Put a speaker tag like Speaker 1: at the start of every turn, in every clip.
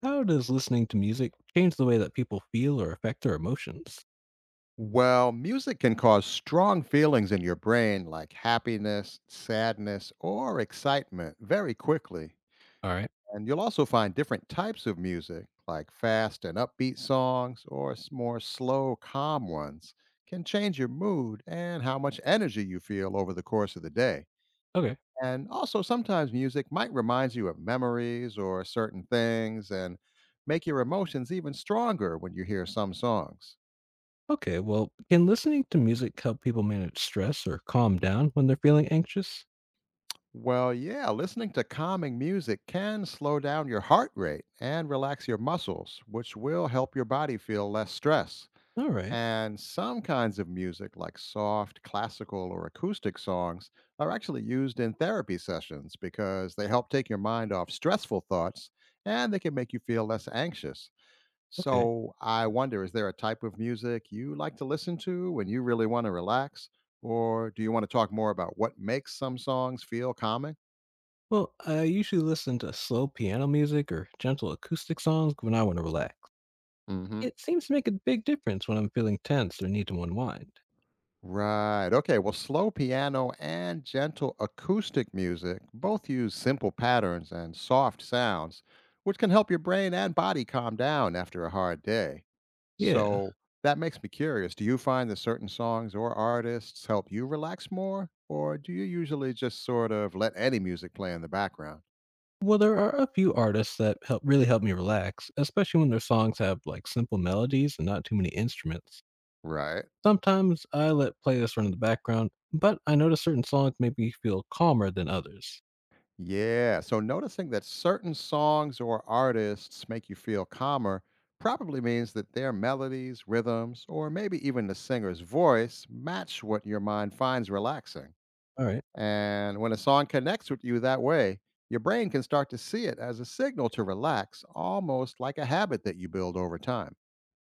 Speaker 1: How does listening to music change the way that people feel or affect their emotions?
Speaker 2: Well, music can cause strong feelings in your brain like happiness, sadness, or excitement very quickly.
Speaker 1: All right.
Speaker 2: And you'll also find different types of music, like fast and upbeat songs or more slow, calm ones, can change your mood and how much energy you feel over the course of the day.
Speaker 1: Okay.
Speaker 2: And also, sometimes music might remind you of memories or certain things and make your emotions even stronger when you hear some songs.
Speaker 1: Okay, well, can listening to music help people manage stress or calm down when they're feeling anxious?
Speaker 2: Well, yeah, listening to calming music can slow down your heart rate and relax your muscles, which will help your body feel less stress.
Speaker 1: All right.
Speaker 2: And some kinds of music, like soft, classical, or acoustic songs, are actually used in therapy sessions because they help take your mind off stressful thoughts, and they can make you feel less anxious.
Speaker 1: Okay.
Speaker 2: So, I wonder, is there a type of music you like to listen to when you really want to relax? Or do you want to talk more about what makes some songs feel calming?
Speaker 1: Well, I usually listen to slow piano music or gentle acoustic songs when I want to relax.
Speaker 2: Hmm.
Speaker 1: It seems to make a big difference when I'm feeling tense or need to unwind.
Speaker 2: Right. Okay. Well, slow piano and gentle acoustic music both use simple patterns and soft sounds, which can help your brain and body calm down after a hard day.
Speaker 1: Yeah.
Speaker 2: So that makes me curious. Do you find that certain songs or artists help you relax more, or do you usually just sort of let any music play in the background?
Speaker 1: Well, there are a few artists that help really help me relax, especially when their songs have simple melodies and not too many instruments.
Speaker 2: Right.
Speaker 1: Sometimes I let playlists run in the background, but I notice certain songs make me feel calmer than others.
Speaker 2: Yeah. So noticing that certain songs or artists make you feel calmer probably means that their melodies, rhythms, or maybe even the singer's voice match what your mind finds relaxing.
Speaker 1: All right.
Speaker 2: And when a song connects with you that way, your brain can start to see it as a signal to relax, almost like a habit that you build over time.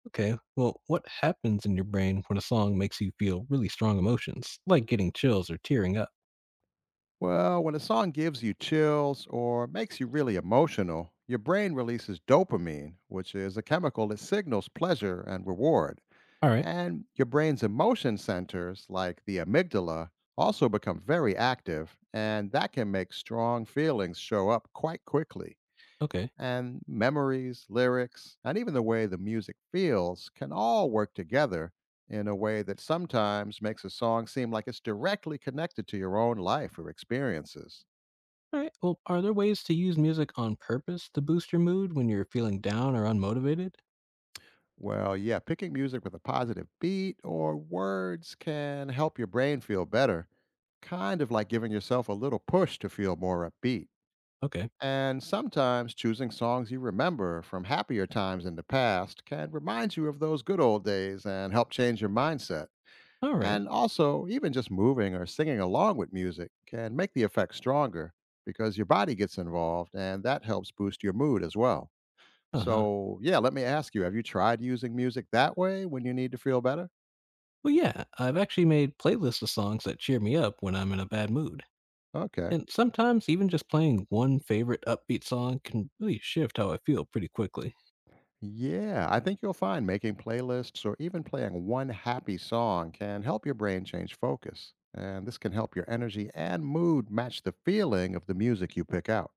Speaker 1: Okay. Well, what happens in your brain when a song makes you feel really strong emotions, like getting chills or tearing up?
Speaker 2: Well, when a song gives you chills or makes you really emotional, your brain releases dopamine, which is a chemical that signals pleasure and reward.
Speaker 1: All right.
Speaker 2: And your brain's emotion centers, like the amygdala, also become very active, and that can make strong feelings show up quite quickly.
Speaker 1: Okay.
Speaker 2: And memories, lyrics, and even the way the music feels can all work together in a way that sometimes makes a song seem like it's directly connected to your own life or experiences.
Speaker 1: All right. Well, are there ways to use music on purpose to boost your mood when you're feeling down or unmotivated?
Speaker 2: Well, yeah, picking music with a positive beat or words can help your brain feel better, kind of like giving yourself a little push to feel more upbeat.
Speaker 1: Okay.
Speaker 2: And sometimes choosing songs you remember from happier times in the past can remind you of those good old days and help change your mindset.
Speaker 1: All right.
Speaker 2: And also, even just moving or singing along with music can make the effect stronger, because your body gets involved and that helps boost your mood as well.
Speaker 1: Uh huh.
Speaker 2: So, yeah, let me ask you, have you tried using music that way when you need to feel better?
Speaker 1: Well, yeah, I've actually made playlists of songs that cheer me up when I'm in a bad mood.
Speaker 2: Okay.
Speaker 1: And sometimes even just playing one favorite upbeat song can really shift how I feel pretty quickly.
Speaker 2: Yeah, I think you'll find making playlists or even playing one happy song can help your brain change focus. And this can help your energy and mood match the feeling of the music you pick out.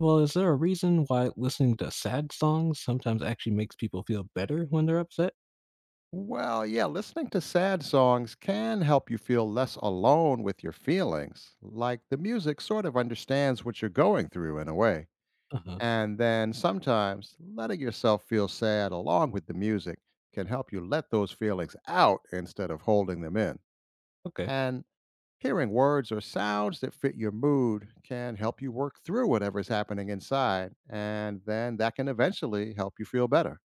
Speaker 1: Well, is there a reason why listening to sad songs sometimes actually makes people feel better when they're upset?
Speaker 2: Well, yeah, listening to sad songs can help you feel less alone with your feelings. Like the music sort of understands what you're going through in a way.
Speaker 1: Uh huh.
Speaker 2: And then sometimes letting yourself feel sad along with the music can help you let those feelings out instead of holding them in.
Speaker 1: Okay.
Speaker 2: And hearing words or sounds that fit your mood can help you work through whatever's happening inside, and then that can eventually help you feel better.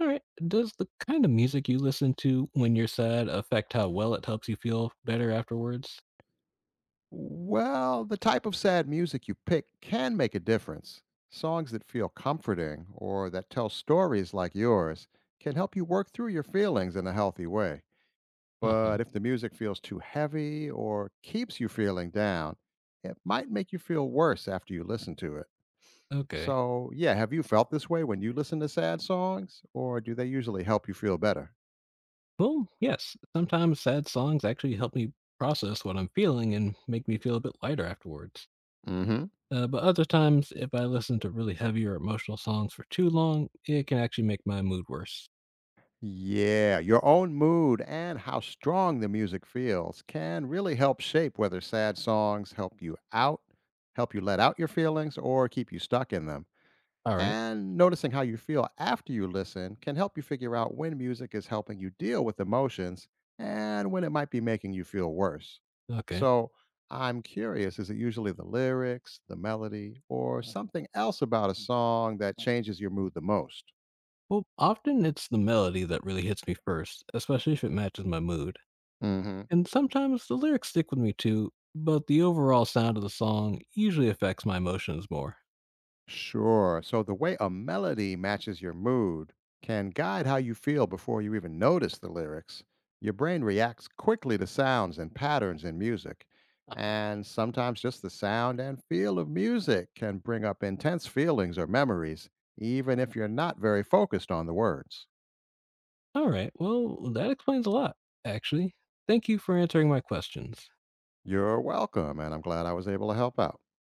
Speaker 1: All right. Does the kind of music you listen to when you're sad affect how well it helps you feel better afterwards?
Speaker 2: Well, the type of sad music you pick can make a difference. Songs that feel comforting or that tell stories like yours can help you work through your feelings in a healthy way.
Speaker 1: Uh huh.
Speaker 2: But if the music feels too heavy or keeps you feeling down, it might make you feel worse after you listen to it.
Speaker 1: Okay.
Speaker 2: So, yeah, have you felt this way when you listen to sad songs, or do they usually help you feel better?
Speaker 1: Well, yes. Sometimes sad songs actually help me process what I'm feeling and make me feel a bit lighter afterwards.
Speaker 2: Hmm.
Speaker 1: But other times, if I listen to really heavy or emotional songs for too long, it can actually make my mood worse.
Speaker 2: Yeah, your own mood and how strong the music feels can really help shape whether sad songs help you out, help you let out your feelings, or keep you stuck in them.
Speaker 1: All right.
Speaker 2: And noticing how you feel after you listen can help you figure out when music is helping you deal with emotions and when it might be making you feel worse.
Speaker 1: Okay.
Speaker 2: So, I'm curious, is it usually the lyrics, the melody, or something else about a song that changes your mood the most?
Speaker 1: Well, often it's the melody that really hits me first, especially if it matches my mood.
Speaker 2: Hmm.
Speaker 1: And sometimes the lyrics stick with me too, but the overall sound of the song usually affects my emotions more.
Speaker 2: Sure. So the way a melody matches your mood can guide how you feel before you even notice the lyrics. Your brain reacts quickly to sounds and patterns in music. And sometimes just the sound and feel of music can bring up intense feelings or memories, even if you're not very focused on the words.
Speaker 1: All right. Well, that explains a lot, actually. Thank you for answering my questions.
Speaker 2: You're welcome, and I'm glad I was able to help out.